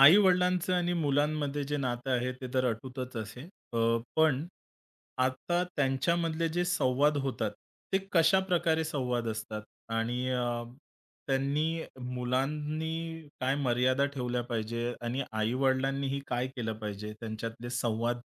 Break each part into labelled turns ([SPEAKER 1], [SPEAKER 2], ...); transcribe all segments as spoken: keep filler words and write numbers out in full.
[SPEAKER 1] आई-वडिलांचं आणि मुलांमध्ये जे नातं आहे ते तर अटूटच असे. अ, पण आता त्यांच्यामधले जे संवाद होतात, ते कशा प्रकारे संवाद असतात? आणि अ, त्यांनी मुलांनी काय मर्यादा ठेवल्या पाहिजे आणि आई-वडिलांनीही काय केलं पाहिजे त्यांच्यातले संवाद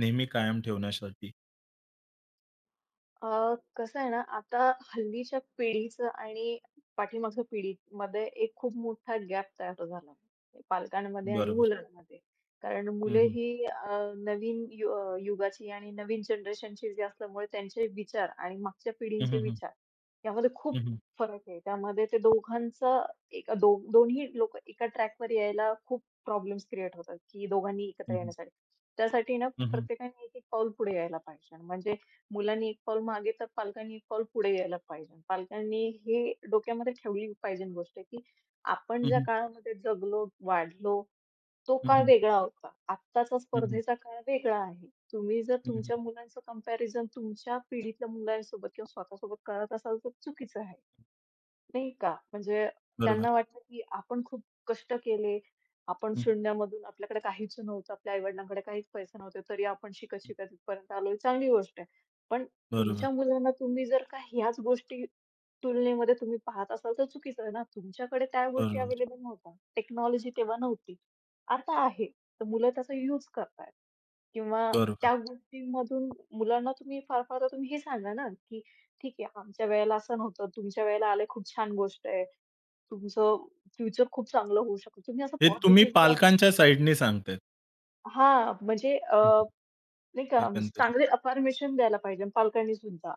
[SPEAKER 1] नेहमी कायम ठेवण्यासाठी?
[SPEAKER 2] अ, कसं आहे ना, आता हल्लीच्या पिढीचं आणि पाठीमागच्या पिढीमध्ये एक खूप मोठा गॅप तयार झाला आहे पालकांमध्ये आणि
[SPEAKER 1] बरोबर.
[SPEAKER 2] मुलांमध्ये. कारण
[SPEAKER 1] हं,
[SPEAKER 2] मुले
[SPEAKER 1] हं.
[SPEAKER 2] ही अ, नवीन यु अ, युगाची आणि नवीन जनरेशनची जी असल्यामुळे त्यांचे विचार आणि मागच्या
[SPEAKER 1] हं,
[SPEAKER 2] पिढींचे
[SPEAKER 1] हं, हं.
[SPEAKER 2] विचार यामध्ये खूप
[SPEAKER 1] हं, हं.
[SPEAKER 2] फरक आहे. त्यामध्ये ते दोघांचं एका दो दोन्ही लोकं एका ट्रॅकवर यायला खूप प्रॉब्लेम्स क्रिएट होतात, की दोघांनी
[SPEAKER 1] हं,
[SPEAKER 2] एकत्र
[SPEAKER 1] हं.
[SPEAKER 2] येण्यासाठी. त्यासाठी ना,
[SPEAKER 1] हं, हं.
[SPEAKER 2] प्रत्येकाने एक-एक पाऊल पुढे यायला पाहिजे. म्हणजे मुलांनी एक पाऊल मागे तर पालकांनी एक पाऊल पुढे यायला पाहिजे. पालकांनी हे डोक्यामध्ये ठेवली पाहिजे गोष्ट, की आपण ज्या
[SPEAKER 1] हं,
[SPEAKER 2] काळामध्ये जगलो, वाढलो, तो काळ वेगळा होता. आत्ताचा स्पर्धेचा काळ वेगळा आहे. तुम्ही जर तुमच्या मुलांचं कंपॅरिझन तुमच्या पिढीतल्या मुलांसोबत किंवा स्वतःसोबत करत असाल, तर चुकीचं आहे. नाही का? म्हणजे
[SPEAKER 1] बरोबर.
[SPEAKER 2] त्यांना वाटतं, की आपण खूप कष्ट केले. आपण
[SPEAKER 1] हं, हं.
[SPEAKER 2] शून्यामधून आपल्याकडे काहीच नव्हतं. आपल्या आई-वडिलांकडे काहीच पैसे नव्हते. तरी आपण शिकत-शिकत इथपर्यंत आलोय. चांगली गोष्ट आहे. पण
[SPEAKER 1] बरोबर,
[SPEAKER 2] तुमच्या मुलांना तुम्ही जर का ह्याच गोष्टी तुलनेमध्ये तुम्ही पाहत असाल तर चुकीचं आहे ना. तुमच्याकडे त्या गोष्टी
[SPEAKER 1] बरोबर,
[SPEAKER 2] अवेलेबल नव्हत्या. टेक्नॉलॉजी तेव्हा नव्हती. आता आहे. तर मुलं त्याचा यूज करतायत. किंवा
[SPEAKER 1] बरोबर.
[SPEAKER 2] त्या गोष्टींमधून मुलांना तुम्ही फार फार तर तुम्ही हे सांगा ना, की "ठीक आहे, आमच्या वेळेला असं नव्हतं. तुमच्या वेळेला आलंय खूप छान गोष्ट आहे. तुमचं फ्युचर खूप चांगलं होऊ शकतं." तुम्ही असं
[SPEAKER 1] हे तुम्ही
[SPEAKER 2] पॉझिटिव्हली
[SPEAKER 1] पालकांच्या साइडनी सांगतायत.
[SPEAKER 2] हां, म्हणजे अ,
[SPEAKER 1] हं, हं.
[SPEAKER 2] नाही का, म्हणजे
[SPEAKER 1] एकंदरीत.
[SPEAKER 2] चांगले अफर्मेशन द्यायला पाहिजे पालकांनी सुद्धा.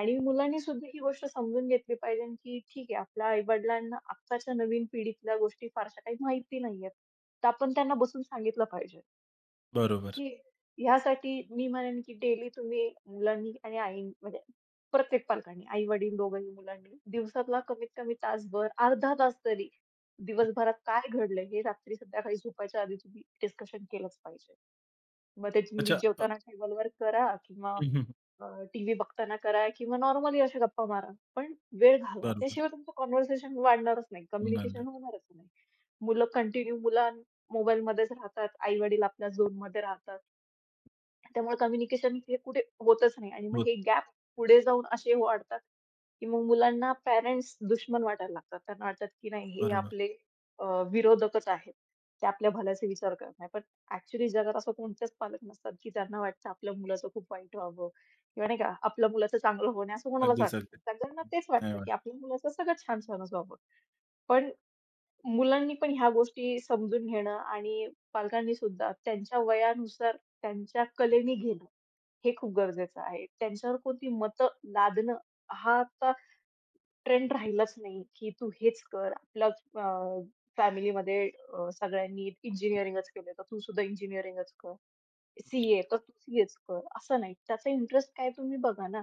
[SPEAKER 2] आणि मुलांनी सुद्धा ही गोष्ट समजून घेतली पाहिजे, की ठीक आहे, आपल्या आई-वडिलांना आत्ताच्या नवीन पिढीतल्या गोष्टी फारशा काही माहिती नाहीयेत. तर आपण त्यांना बसून सांगितलं पाहिजे,
[SPEAKER 1] बरोबर.
[SPEAKER 2] की ह्यासाठी मी म्हणेन की डेली तुम्ही मुलांनी आणि आई म्हणजे प्रत्येक पालकांनी, आई-वडील दोघंही मुलांनी दिवसातला कमीत कमी तासभर, अर्धा तास तरी दिवसभरात काय घडलंय हे रात्री संध्याकाळी झोपायच्या आधी तुम्ही डिस्कशन केलंच पाहिजे. मग ते तुम्ही
[SPEAKER 1] अच्छा अ,
[SPEAKER 2] जेवताना टेबलवर करा किंवा
[SPEAKER 1] हं, हं.
[SPEAKER 2] टीव्ही बघताना करा किंवा नॉर्मली अशा गप्पा मारा. पण वेळ घालवा.
[SPEAKER 1] बरोबर.
[SPEAKER 2] त्याशिवाय तुमचं कन्व्हर्सेशन वाढणारच नाही,
[SPEAKER 1] होणार नाही.
[SPEAKER 2] कम्युनिकेशन होणारच नाही. मुलं कंटिन्यू मुलं मोबाईलमध्येच राहतात, आई-वडील आपल्या झोनमध्ये राहतात. त्यामुळे कम्युनिकेशन हे कुठे होतच नाही आणि मग
[SPEAKER 1] होत
[SPEAKER 2] हे गॅप पुढे जाऊन असे वाढतात, की मग मुलांना पॅरेंट्स दुश्मन वाटायला लागतात. त्यांना वाटतात, की नाही हे
[SPEAKER 1] बरोबर.
[SPEAKER 2] आपले अ, विरोधकच आहेत. ते आपल्या भल्याचा विचार करत नाही. पण ॲक्चुअली जगात असं कोणतेच पालक नसतात, की त्यांना वाटतं आपल्या मुलाचं खूप वाईट व्हावं किंवा नाही का, आपल्या मुलाचं चांगलं होऊ असं कोणालाच
[SPEAKER 1] अगदीच,
[SPEAKER 2] वाटत
[SPEAKER 1] अगदीच.
[SPEAKER 2] नाही. सगळ्यांना तेच
[SPEAKER 1] नाही
[SPEAKER 2] वाटतं, की
[SPEAKER 1] वाटत.
[SPEAKER 2] आपल्या मुलाचं सगळं छान-छानच व्हावं. पण मुलांनी पण ह्या गोष्टी समजून घेणं आणि पालकांनी सुद्धा त्यांच्या वयानुसार त्यांच्या कलेने घेणं, हे खूप गरजेचं आहे. त्यांच्यावर कोणती मतं लादणं हा आता ट्रेंड राहिलाच नाही, की तू हेच कर. आपला अ, फॅमिलीमध्ये अ, सगळ्यांनी इंजिनिअरिंगच केलं, तर तू सुद्धा इंजिनिअरिंगच कर. सीए तर तू सीएच कर असं नाही. त्याचा इंटरेस्ट काय तुम्ही बघा ना.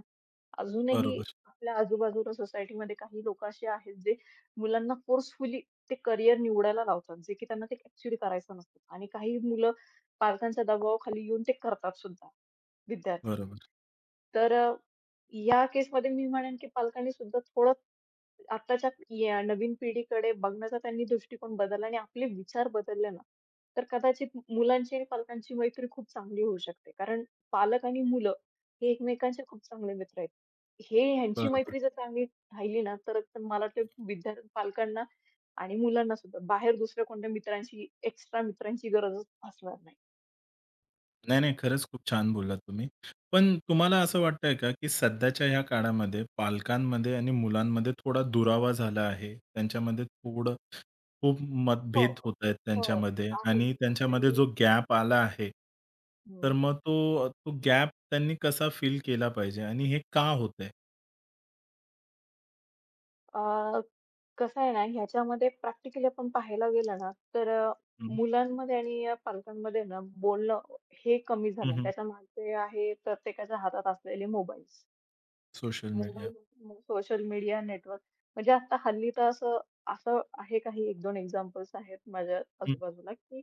[SPEAKER 2] अजूनही
[SPEAKER 1] बरोबर,
[SPEAKER 2] आपल्या आजूबाजूला सोसायटीमध्ये काही लोकं अशी आहेत, जे मुलांना फोर्सफुली ते करियर निवडायला लावतात, जे की त्यांना ते ॲक्चुअली करायचं नसतं. आणि काही मुलं पालकांच्या दबावाखाली येऊन ते करतात सुद्धा, विद्यार्थी.
[SPEAKER 1] बरोबर,
[SPEAKER 2] तर या केसमध्ये मी म्हणेन, की पालकांनी सुद्धा थोडं आत्ताच्या या नवीन पिढीकडे बघण्याचा त्यांनी दृष्टिकोन बदलला आणि आपले विचार बदलले ना, तर कदाचित मुलांची आणि पालकांची मैत्री खूप चांगली होऊ शकते. कारण पालक आणि मुलं हे एकमेकांचे खूप चांगले मित्र आहेत. हे ह्यांची
[SPEAKER 1] बरोबर.
[SPEAKER 2] मैत्री जर चांगली राहिली ना, तर तर मला वाटतं विद्या पालकांना आणि मुलांना सुद्धा बाहेर दुसऱ्या कोणत्या मित्रांची, एक्स्ट्रा मित्रांची गरजच भासणार नाही.
[SPEAKER 1] नाही, नाही. खरंच खूप छान बोललात तुम्ही. पण तुम्हाला असं वाटतंय का, की सध्याच्या ह्या काळामध्ये पालकांमध्ये आणि मुलांमध्ये थोडा दुरावा झाला आहे. त्यांच्यामध्ये थोडं खूप
[SPEAKER 2] हो,
[SPEAKER 1] मतभेद होत
[SPEAKER 2] हो.
[SPEAKER 1] आहेत
[SPEAKER 2] हो.
[SPEAKER 1] त्यांच्यामध्ये
[SPEAKER 2] आहे.
[SPEAKER 1] आणि त्यांच्यामध्ये
[SPEAKER 2] आणि
[SPEAKER 1] जो गॅप आला आहे, तर
[SPEAKER 2] हं.
[SPEAKER 1] मग तो तो गॅप त्यांनी कसा फिल केला पाहिजे आणि हे का होतंय?
[SPEAKER 2] कसं आहे ना, ह्याच्यामध्ये प्रॅक्टिकली आपण पाहायला गेलं ना, तर अ,
[SPEAKER 1] हं,
[SPEAKER 2] मुलांमध्ये आणि अ, पालकांमध्ये ना बोलणं हे कमी झालंय. त्याच्यामागे आहे प्रत्येकाच्या हातात असलेले मोबाईल्स.
[SPEAKER 1] Social media.
[SPEAKER 2] मोबाईल, म्हणजे सोशल मीडिया नेटवर्क म्हणजे आता हल्ली तर असं असं आहे, काही एक दोन एक्झाम्पल्स आहेत माझ्या आजूबाजूला, की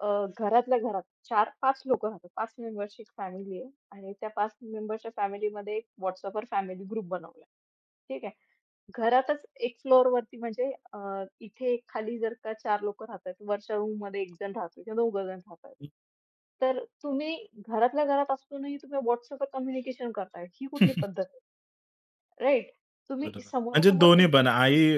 [SPEAKER 2] अ, घरातल्या घरात चार पाच लोकं राहतात. पाच मेंबर्सची फॅमिली आहे आणि त्या पाच मेंबर्सच्या फॅमिलीमध्ये एक WhatsAppवर फॅमिली ग्रुप बनवला. ठीक आहे. घरातच एक फ्लोअरवरती म्हणजे अ, इथे खाली जर का चार लोकं राहतायत, वरच्या रूममध्ये एक जण राहतो किंवा दोन जण राहतायत. तर तुम्ही घरातल्या घरात असूनही तुम्ही WhatsAppवर कम्युनिकेशन करताय, ही कुठली पद्धत आहे? राइट? तुम्ही
[SPEAKER 1] बरोबर. म्हणजे
[SPEAKER 2] समोरासमोर
[SPEAKER 1] दोन्ही
[SPEAKER 2] ते
[SPEAKER 1] पण आई,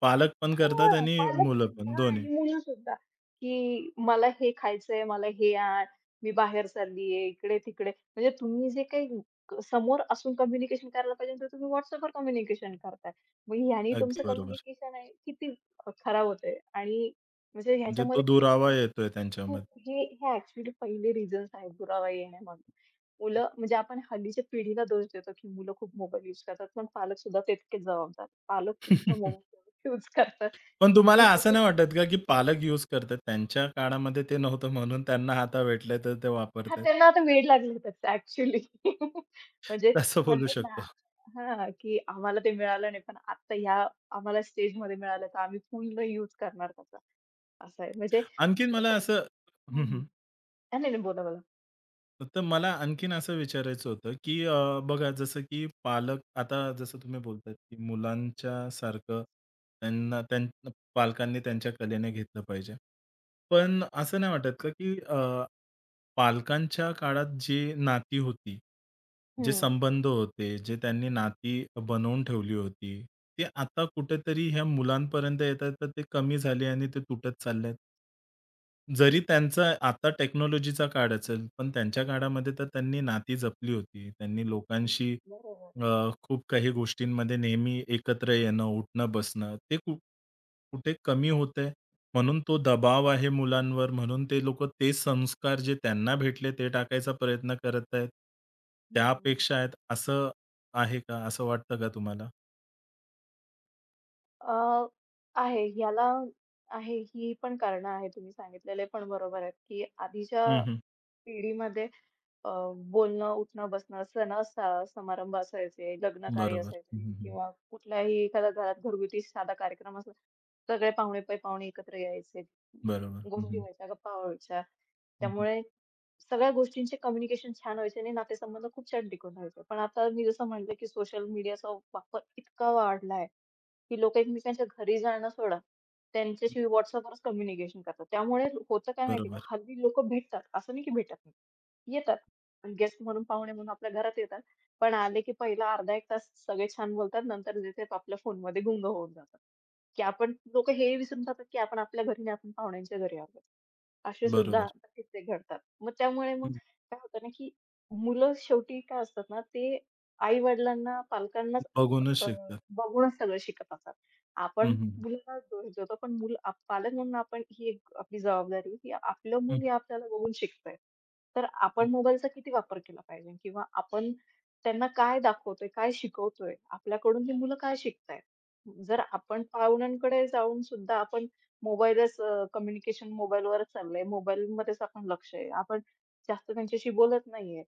[SPEAKER 1] पालक पण करतात
[SPEAKER 2] हां,
[SPEAKER 1] आणि मुलं पण
[SPEAKER 2] पालकसुद्धा
[SPEAKER 1] दोन्ही.
[SPEAKER 2] आणि मुलंसुद्धा, की मला हे खायचंय, मला हे आण, मी बाहेर चाललीये, इकडे-तिकडे. म्हणजे तुम्ही जे काही क- समोर असून कम्युनिकेशन करायला पाहिजे, तर तुम्ही WhatsAppवर कम्युनिकेशन करताय. मग ह्यानी
[SPEAKER 1] अगदी
[SPEAKER 2] तुमचं
[SPEAKER 1] बरोबर.
[SPEAKER 2] कम्युनिकेशन आहे किती अ, खराब होतंय आणि म्हणजे
[SPEAKER 1] म्हणजे तो
[SPEAKER 2] ह्याच्यामध्ये
[SPEAKER 1] दुरावा येतोय त्यांच्यामध्ये.
[SPEAKER 2] खूप हे हे ॲक्चुअली पहिले रिझन्स आहेत दुरावा येण्यामागे. मुलं म्हणजे आपण हल्लीच्या पिढीला दोष देतो, की मुलं खूप मोबाईल यूज करतात, पण पालकसुद्धा तितकेच जबाबदार. पालकसुद्धा मोबाईल यूज करतात.
[SPEAKER 1] पण तुम्हाला
[SPEAKER 2] आणि
[SPEAKER 1] असं नाही
[SPEAKER 2] तसेच
[SPEAKER 1] वाटत का, की पालक यूज करतात त्यांच्या काळामध्ये ते नव्हतं म्हणून त्यांना आता भेटलंय तर ते
[SPEAKER 2] हां,
[SPEAKER 1] वापरतायत.
[SPEAKER 2] त्यांना आता वेड लागलं होतं ॲक्चुअली. म्हणजे
[SPEAKER 1] तसं बोलू
[SPEAKER 2] म्हणतात ना
[SPEAKER 1] शकतो.
[SPEAKER 2] हां, की आम्हाला ते मिळालं नाही, पण आता ह्या आम्हाला स्टेजमध्ये मिळालं, तर आम्ही पूर्ण यूज करणार त्याचा, असं आहे. म्हणजे
[SPEAKER 1] आणखीन मला
[SPEAKER 2] क
[SPEAKER 1] असं हं,
[SPEAKER 2] हं,
[SPEAKER 1] हं.
[SPEAKER 2] नाही, नाही, बोला, बोला.
[SPEAKER 1] तर मला आणखीन असं विचारायचं होतं, की अ, बघा जसं की पालक आता जसं तुम्ही बोलतायत, की मुलांच्या सारखं त्यांना त्यां पालकांनी त्यांच्या कलेने घेतलं पाहिजे. पण असं नाही वाटत का, की अ पालकांच्या काळात जी नाती होती, जे
[SPEAKER 2] हं.
[SPEAKER 1] संबंध होते, जे त्यांनी नाती बनवून ठेवली होती, ते आता कुठेतरी ह्या मुलांपर्यंत येतात, तर ते कमी झाली आणि ते तुटत चाललेत? जरी त्यांचा आता टेक्नॉलॉजीचा काळ असेल, पण त्यांच्या काळामध्ये तर त्यांनी नाती जपली होती. त्यांनी लोकांशी
[SPEAKER 2] बरोबर आहे.
[SPEAKER 1] अ, खूप काही गोष्टींमध्ये नेहमी एकत्र येणं, उठणं-बसणं ते कु कुठे कमी होतंय. म्हणून तो दबाव आहे मुलांवर, म्हणून ते लोकं ते संस्कार जे त्यांना भेटले ते टाकायचा प्रयत्न करत आहेत.
[SPEAKER 2] हं,
[SPEAKER 1] त्या
[SPEAKER 2] हं, हं.
[SPEAKER 1] आहेत असं आहे का? असं वाटतं का तुम्हाला?
[SPEAKER 2] अ, आहे याला आहे, ही पण कारणं आहे, तुम्ही सांगितलेले पण बरोबर आहेत, की आधीच्या
[SPEAKER 1] हं, हं.
[SPEAKER 2] पिढीमध्ये अ, बोलणं, उठणं, बसणं, सण असा समारंभ असायचे, लग्नकार्य
[SPEAKER 1] बरोबर. हं,
[SPEAKER 2] असायचे
[SPEAKER 1] हं, हं.
[SPEAKER 2] किंवा कुठल्याही एखाद्या घरात घरगुती साधा कार्यक्रम असला, सगळे पाहुणे पै पाहुणे एकत्र यायचे.
[SPEAKER 1] बरोबर. हं,
[SPEAKER 2] गोष्टी
[SPEAKER 1] हं.
[SPEAKER 2] व्हायच्या, गप्पा व्हायच्या.
[SPEAKER 1] हं, हं.
[SPEAKER 2] त्यामुळे सगळ्या गोष्टींचे कम्युनिकेशन छान व्हायचे आणि नातेसंबंध खूप छान टिकून राहायचे. पण आता मी जसं म्हटलं, की सोशल मीडियाचा वापर इतका वाढला की लोकं एकमेकांच्या घरी जाणं सोडा, त्यांच्याशी WhatsAppवरच कम्युनिकेशन करतात. त्यामुळे होतं काय माहिती का,
[SPEAKER 1] बरोबर,
[SPEAKER 2] हल्ली लोकं भेटतात, असं नाही की भेटत नाही. येतात. गेस्ट म्हणून पाहुणे म्हणून आपल्या घरात येतात. पण आले की पहिला अर्धा एक तास सगळे छान बोलतात. नंतर जे ते आपल्या फोनमध्ये गुंग होऊन जातात, की आपण लोकं हे विसरून जातात, की आपण आपल्या घरी नाही, आपण पाहुण्यांच्या घरी आलोय. असे सुद्धा
[SPEAKER 1] बरोबर.
[SPEAKER 2] किस्से घडतात. मग त्यामुळे मग काय होतं ना, की मुलं शेवटी काय असतात ना, ते आई-वडिलांना, पालकांनाच
[SPEAKER 1] बघूनच
[SPEAKER 2] अ,
[SPEAKER 1] शिकतात.
[SPEAKER 2] बघूनच सगळं शिकत असतात.
[SPEAKER 1] हं,
[SPEAKER 2] आपण
[SPEAKER 1] हं, हं.
[SPEAKER 2] मुलाला टोचतो पण मूल आप पालक म्हणून आपण ही एक आपली जबाबदारी आहे, की आपलं
[SPEAKER 1] हं,
[SPEAKER 2] मूल हे आपल्याला बघून शिकतंय. तर
[SPEAKER 1] हं,
[SPEAKER 2] आपण मोबाईलचा किती वापर केला पाहिजे किंवा आपण त्यांना काय दाखवतोय, काय शिकवतोय, आपल्याकडून ही मुलं काय शिकतायत? जर आपण पाहुण्यांकडे जाऊन सुद्धा आपण मोबाईलच अ, कम्युनिकेशन मोबाईलवरच चाललंय, मोबाईलमध्येच आपण लक्ष आहे. आपण जास्त त्यांच्याशी बोलत नाहीये.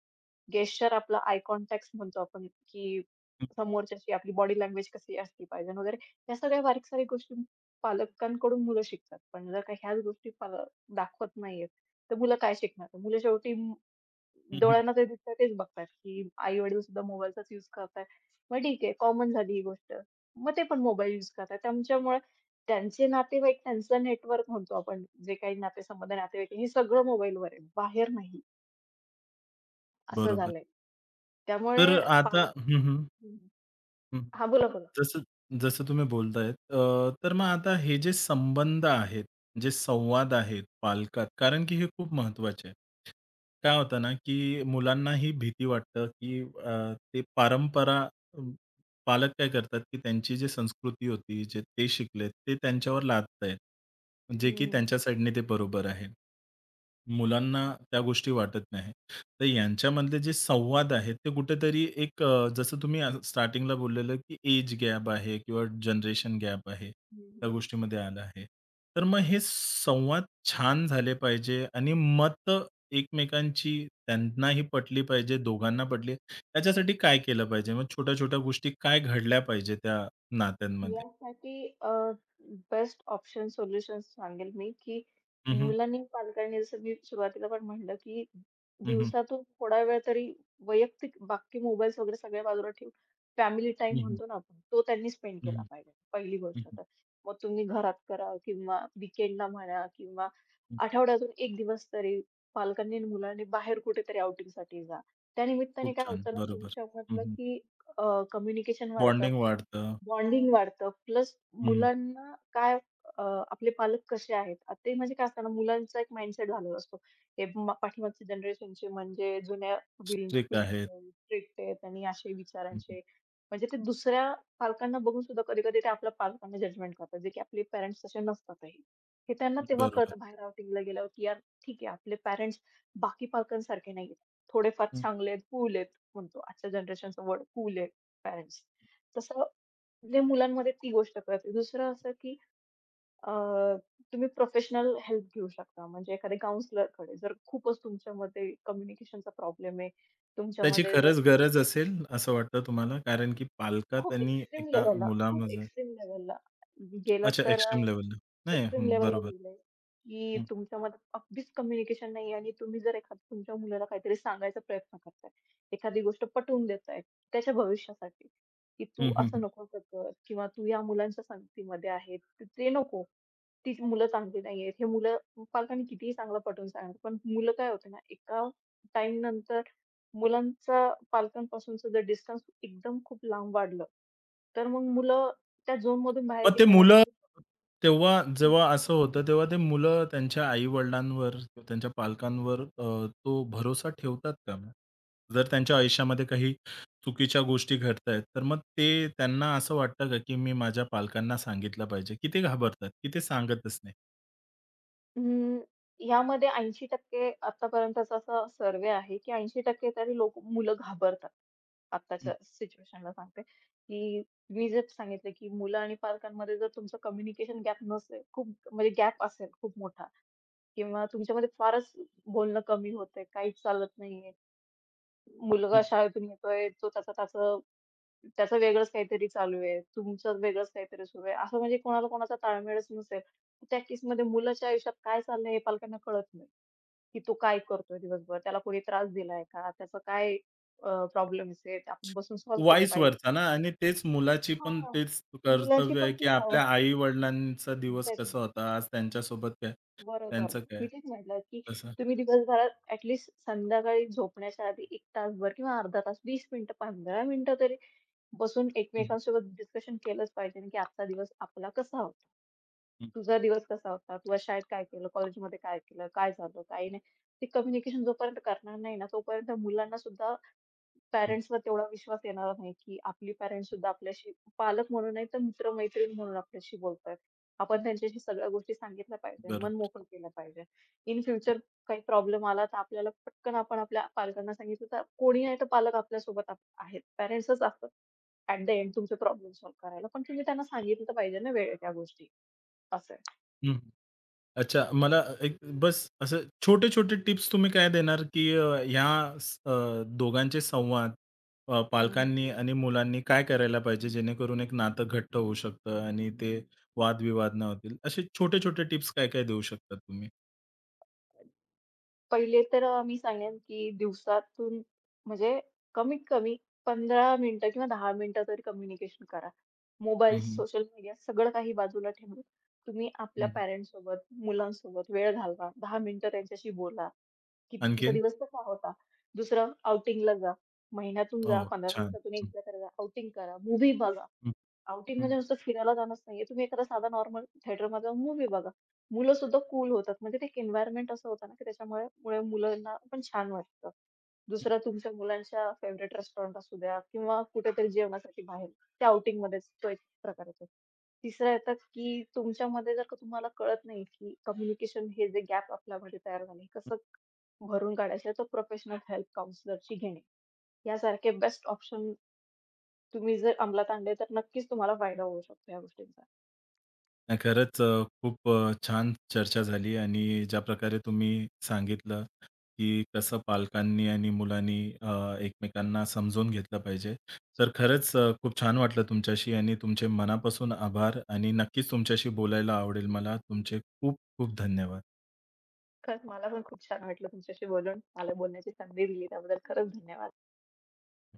[SPEAKER 2] गेस्चर आपला आय कॉन्टॅक्ट म्हणतो आपण, की
[SPEAKER 1] हं,
[SPEAKER 2] समोरच्याशी आपली बॉडी लँग्वेज कशी असली पाहिजे वगैरे. ह्या सगळ्या बारीक-सारीक गोष्टी पालकांकडून मुलं शिकतात. पण जर का ह्याच गोष्टी पाल दाखवत नाहीयेत, तर मुलं काय शिकणार? मुलं शेवटी म-
[SPEAKER 1] हं, हं.
[SPEAKER 2] डोळ्यांना जे दिसतंय तेच बघतात, की आई-वडील सुद्धा मोबाईलचाच यूज करतायत. मग ठीक आहे, कॉमन झाली ही गोष्ट. मग ते पण मोबाईल यूज करतायत. त्यांच्यामुळे त्यांचे नातेवाईक, त्यांचं नेटवर्क म्हणतो आपण, जे काही नातेसंबंध, नातेवाईक हे सगळं मोबाईलवर आहे, बाहेर नाही, असं
[SPEAKER 1] बरोबर.
[SPEAKER 2] झालंय. त्यामुळे
[SPEAKER 1] तर आता
[SPEAKER 2] पालक
[SPEAKER 1] हं, हं,
[SPEAKER 2] हं.
[SPEAKER 1] हं.
[SPEAKER 2] हां, बोला, बोला.
[SPEAKER 1] जसं जसं तुम्ही बोलतायत अ, तर मग आता हे जे संबंध आहेत, जे संवाद आहेत पालकात, कारण की हे खूप महत्त्वाचे आहे. काय होतं ना, की मुलांना ही भीती वाटतं, की अ, ते परंपरा अं, पालक काय करतात, की त्यांची जी संस्कृती होती, जे ते शिकलेत, ते त्यांच्यावर लादतायत. जे की
[SPEAKER 2] हं,
[SPEAKER 1] त्यांच्या साईडने ते बरोबर आहे. मुलांना त्या गोष्टी वाटत नाही. तर यांच्यामधले जे संवाद आहेत, ते कुठेतरी एक अ, जसं तुम्ही अ, स्टार्टिंगला बोललेलं, की एज गॅप आहे किंवा जनरेशन गॅप आहे,
[SPEAKER 2] हं,
[SPEAKER 1] त्या गोष्टीमध्ये आलं आहे. तर मग हे संवाद छान झाले पाहिजे आणि मत एकमेकांची त्यांनाही पटली पाहिजे, दोघांना पटली. त्याच्यासाठी काय केलं पाहिजे? मग छोट्या-छोट्या गोष्टी काय घडल्या पाहिजे त्या नात्यांमध्ये?
[SPEAKER 2] यासाठी बेस्ट ऑप्शन सोल्युशन्स सांगेल मी, की
[SPEAKER 1] हं, हं.
[SPEAKER 2] मुलांनी, पालकांनी जसं मी सुरुवातीला पण म्हटलं, की
[SPEAKER 1] हं, हं.
[SPEAKER 2] दिवसातून थोडा वेळ तरी वैयक्तिक बाकी मोबाईल्स वगैरे सगळ्या बाजूला ठेवून फॅमिली
[SPEAKER 1] हं,
[SPEAKER 2] टाइम
[SPEAKER 1] हं.
[SPEAKER 2] म्हणतो ना आपण, तो त्यांनी स्पेंड केला पाहिजे, पहिली गोष्ट तर. मग तुम्ही घरात करा किंवा वीकेंडला म्हणा किंवा आठवड्यातून एक दिवस तरी पालकांनी आणि मुलांनी बाहेर कुठेतरी आउटिंगसाठी जा.
[SPEAKER 1] खूप
[SPEAKER 2] त्यानिमित्ताने काय
[SPEAKER 1] छान.
[SPEAKER 2] होतं ना
[SPEAKER 1] बरोबर.
[SPEAKER 2] तुमच्यामधलं, की कम्युनिकेशन वाढतं.
[SPEAKER 1] बॉन्डिंग वाढतं.
[SPEAKER 2] बॉन्डिंग वाढतं. प्लस
[SPEAKER 1] हं,
[SPEAKER 2] मुलांना काय अ, आपले पालक कसे आहेत? आ ते म्हणजे काय असतं ना, मुलांचा एक माइंडसेट झालेला असतो. हे म पाठीमागची जनरेशनचे म्हणजे जुन्या पिढी
[SPEAKER 1] आहेत.
[SPEAKER 2] पिढीचे स्ट्रिक्ट आहेत आणि असे विचारांचे. म्हणजे ते दुसऱ्या पालकांना बघून सुद्धा कधी-कधी ते आपल्या पालकांना जजमेंट करतात, जे की आपले पॅरेंट्स तसे नसतातही. हे त्यांना तेव्हा
[SPEAKER 1] बरोबर.
[SPEAKER 2] कळतं बाहेर आउटिंगला गेल्यावर, की यार ठीक आहे, आपले पॅरेंट्स बाकी पालकांसारखे नाहीयेत. थोडेफार
[SPEAKER 1] हं.
[SPEAKER 2] चांगले आहेत, कूल आहेत म्हणतो. आजच्या जनरेशनचं वर्ड कूल आहेत पॅरेंट्स. तसं म्हणजे मुलांमध्ये ती गोष्ट कळते. दुसरं असं की अ, तुम्ही प्रोफेशनल हेल्प घेऊ शकता. म्हणजे एखाद्या काउंसलरकडे जर खूपच तुमच्यामध्ये कम्युनिकेशनचा प्रॉब्लेम आहे.
[SPEAKER 1] त्याची
[SPEAKER 2] तुमच्यामध्ये जर
[SPEAKER 1] खरंच गरज असेल असं वाटतं तुम्हाला? कारण की पालकात
[SPEAKER 2] खूप
[SPEAKER 1] आणि
[SPEAKER 2] एक्स्ट्रीम
[SPEAKER 1] एका
[SPEAKER 2] लेव्हलला खूप
[SPEAKER 1] मुलामध्ये
[SPEAKER 2] एक्स्ट्रीम लेव्हलला गेलं
[SPEAKER 1] अच्छा
[SPEAKER 2] तर
[SPEAKER 1] एक्स्ट्रीम लेव्हलला. नाही
[SPEAKER 2] एक्स्ट्रीम
[SPEAKER 1] हं,
[SPEAKER 2] लेव्हलला
[SPEAKER 1] बरोबर.
[SPEAKER 2] गेलंय, की
[SPEAKER 1] हं,
[SPEAKER 2] तुमच्यामध्ये अगदीच कम्युनिकेशन नाहीये आणि तुम्ही जर एखाद तुमच्या मुलाला काहीतरी सांगायचा प्रयत्न करताय, एखादी गोष्ट पटवून देताय त्याच्या भविष्यासाठी, की
[SPEAKER 1] हं,
[SPEAKER 2] "तू
[SPEAKER 1] हं,
[SPEAKER 2] असं
[SPEAKER 1] हं.
[SPEAKER 2] नको असं कर" किंवा "तू या मुलांच्या संगतीमध्ये आहे, तर ते नको. ती मुलं चांगली नाहीयेत." हे मुलं पालकांनी कितीही चांगलं पटवून सांगणार, पण मुलं काय होते ना, एका टाईम नंतर मुलांचा पालकांपासूनचा जर डिस्टन्स एकदम खूप लांब वाढलं, तर मग मुलं त्या झोनमधून बाहेर
[SPEAKER 1] मग ते
[SPEAKER 2] गेले ना.
[SPEAKER 1] मुलं तेव्हा जेव्हा असं होतं, तेव्हा ते मुलं त्यांच्या आई-वडिलांवर, त्यांच्या पालकांवर अ, तो भरोसा ठेवतात का मग? जर त्यांच्या आयुष्यामध्ये काही चुकीच्या गोष्टी घडतायत, तर मग ते त्यांना असं वाटतं का, की मी माझ्या पालकांना सांगितलं पाहिजे? की ते घाबरतात, की ते सांगतच नाही?
[SPEAKER 2] अं, यामध्ये ऐंशी टक्के आतापर्यंतचा असा सर्व्हे आहे, की ऐंशी टक्के तरी लोकं मुलं घाबरतात. आत्ताच्या सिच्युएशनला सांगते, की मी जे सांगितलं, की मुलं आणि पालकांमध्ये जर तुमचं कम्युनिकेशन गॅप नसेल, खूप म्हणजे गॅप असेल खूप मोठा किंवा तुमच्यामध्ये फारच बोलणं कमी होतंय, काहीच चालत नाहीये.
[SPEAKER 1] हं.
[SPEAKER 2] मुलगा शाळेतून येतोय, तो त्याचं त्याचं त्याचं वेगळंच काहीतरी चालू आहे, तुमचं वेगळंच काहीतरी सुरू आहे. असं म्हणजे कोणाला कोणाचा ताळमेळच नसेल. त्या केसमध्ये मुलाच्या आयुष्यात काय चाललंय हे पालकांना कळत नाही. की तो काय करतोय दिवसभर? त्याला कोणी त्रास दिलाय का? त्याचं काय अ, प्रॉब्लेम्स आहेत? आपण बसून सॉल्व्ह केले
[SPEAKER 1] वाईस
[SPEAKER 2] पाहिजे.
[SPEAKER 1] वरसा ना आणि तेच मुलाची पण
[SPEAKER 2] हां,
[SPEAKER 1] तेच
[SPEAKER 2] मुलांची
[SPEAKER 1] कर्तव्य आहे,
[SPEAKER 2] पण
[SPEAKER 1] की
[SPEAKER 2] तीच
[SPEAKER 1] आपल्या
[SPEAKER 2] अवस्था
[SPEAKER 1] आई-वडिलांचा दिवस कसा
[SPEAKER 2] एक्झॅक्टली.
[SPEAKER 1] होता, आज त्यांच्यासोबत काय,
[SPEAKER 2] बरोबर.
[SPEAKER 1] त्यांचं काय,
[SPEAKER 2] मी तेच म्हटलं, की
[SPEAKER 1] तसं.
[SPEAKER 2] तुम्ही दिवसभरात ॲट संध्याकाळी झोपण्याच्या आधी एक तासभर किंवा अर्धा तास, वीस मिनिटं, पंधरा मिनिटं तरी बसून
[SPEAKER 1] हं,
[SPEAKER 2] एकमेकांसोबत डिस्कशन केलंच पाहिजे, की आजचा दिवस आपला कसा होता?
[SPEAKER 1] हं,
[SPEAKER 2] तुझा दिवस कसा होता? तुला शाळेत काय केलं? कॉलेजमध्ये काय केलं? काय झालं? काही नाही. ते कम्युनिकेशन जोपर्यंत करणार नाही ना, तोपर्यंत मुलांना सुद्धा
[SPEAKER 1] हं.
[SPEAKER 2] पॅरेंट्सवर तेवढा विश्वास येणार नाही, की आपली पॅरेंट्स सुद्धा आपल्याशी पालक म्हणून नाही तर मित्र-मैत्रीण म्हणून आपल्याशी बोलतायत. आपण त्यांच्याशी सगळ्या गोष्टी सांगितल्या पाहिजे, मन
[SPEAKER 1] बरोबर.
[SPEAKER 2] मोकळं केलं पाहिजे. इन फ्युचर काही प्रॉब्लेम आला तर आपल्याला पटकन आपण आपल्या पालकांना सांगितलं तर कोणी नाही तर पालक आपल्यासोबत आप आहेत. पॅरेंट्सच असतात ॲट द एंड तुमचे प्रॉब्लेम सॉल्व्ह करायला. पण तुम्ही त्यांना सांगितलं तर पाहिजे ना वेळेत या गोष्टी असं आहे.
[SPEAKER 1] हं. अच्छा, मला एक बस असं छोटे-छोटे टिप्स तुम्ही काय देणार, की अ, ह्या स अ, दोघांचे संवाद अ,
[SPEAKER 2] हं,
[SPEAKER 1] पालकांनी आणि मुलांनी काय करायला पाहिजे, जेणेकरून एक नातं घट्ट होऊ शकतं आणि ते वादविवाद न होतील. असे छोटे-छोटे टिप्स काय-काय देऊ शकता तुम्ही?
[SPEAKER 2] पहिले तर अ, मी सांगेन की दिवसातून म्हणजे कमीत कमी पंधरा मिनिटं किंवा दहा मिनिटं तरी कम्युनिकेशन करा. मोबाईल,
[SPEAKER 1] हं, हं,
[SPEAKER 2] सोशल मीडिया सगळं काही बाजूला ठेवून तुम्ही आपल्या पॅरेंट्ससोबत, मुलांसोबत वेळ घालवा. दहा मिनिटं त्यांच्याशी बोला, की तुमचा
[SPEAKER 1] आणखीन?
[SPEAKER 2] दिवस कसा होता. दुसरं आउटिंगला जा. महिन्यातून
[SPEAKER 1] हो,
[SPEAKER 2] जा, पंधरा
[SPEAKER 1] छान.
[SPEAKER 2] दिवसातून
[SPEAKER 1] हं,
[SPEAKER 2] एकदा तरी जा. आउटिंग करा, मूव्ही बघा.
[SPEAKER 1] हं,
[SPEAKER 2] आउटिंग
[SPEAKER 1] हं.
[SPEAKER 2] म्हणजे नुसतं फिरायला जाणंच नाहीये. तुम्ही एखादा साधा नॉर्मल थिएटरमध्ये जाऊन मूव्ही बघा. मुलं सुद्धा कूल होतात. म्हणजे ते एक एन्व्हायर्नमेंट असं होतं ना, की त्याच्यामुळे मुळे मुलांना पण छान वाटतं. दुसरं तुमच्या मुलांच्या फेव्हरेट रेस्टॉरंट असू द्या किंवा कुठेतरी जेवणासाठी बाहेर, त्या आउटिंगमध्येच तो एक प्रकार येतो. तिसरं येतं, की तुमच्यामध्ये जर का तुम्हाला कळत नाही, की कम्युनिकेशन हे जे गॅप आपल्यामध्ये तयार झाले, कसं भरून काढायचं, तर प्रोफेशनल हेल्प काउन्सिलरची घेणे. यासारखे बेस्ट ऑप्शन तुम्ही जर अंमलात आणले तर नक्कीच तुम्हाला फायदा होऊ शकतो या गोष्टींचा.
[SPEAKER 1] नाही खरंच अ, खूप अ, छान चर्चा झाली आणि ज्याप्रकारे तुम्ही सांगितलं, की कसं पालकांनी आणि मुलांनी अ, एकमेकांना समजून घेतलं पाहिजे. तर खरंच अ, खूप छान वाटलं तुमच्याशी आणि तुमचे मनापासून आभार आणि नक्कीच तुमच्याशी बोलायला आवडेल मला. तुमचे खूप खूप धन्यवाद.
[SPEAKER 2] खरंच मला पण खूप छान वाटलं तुमच्याशी बोलून. मला बोलण्याची संधी दिली त्याबद्दल खरंच धन्यवाद.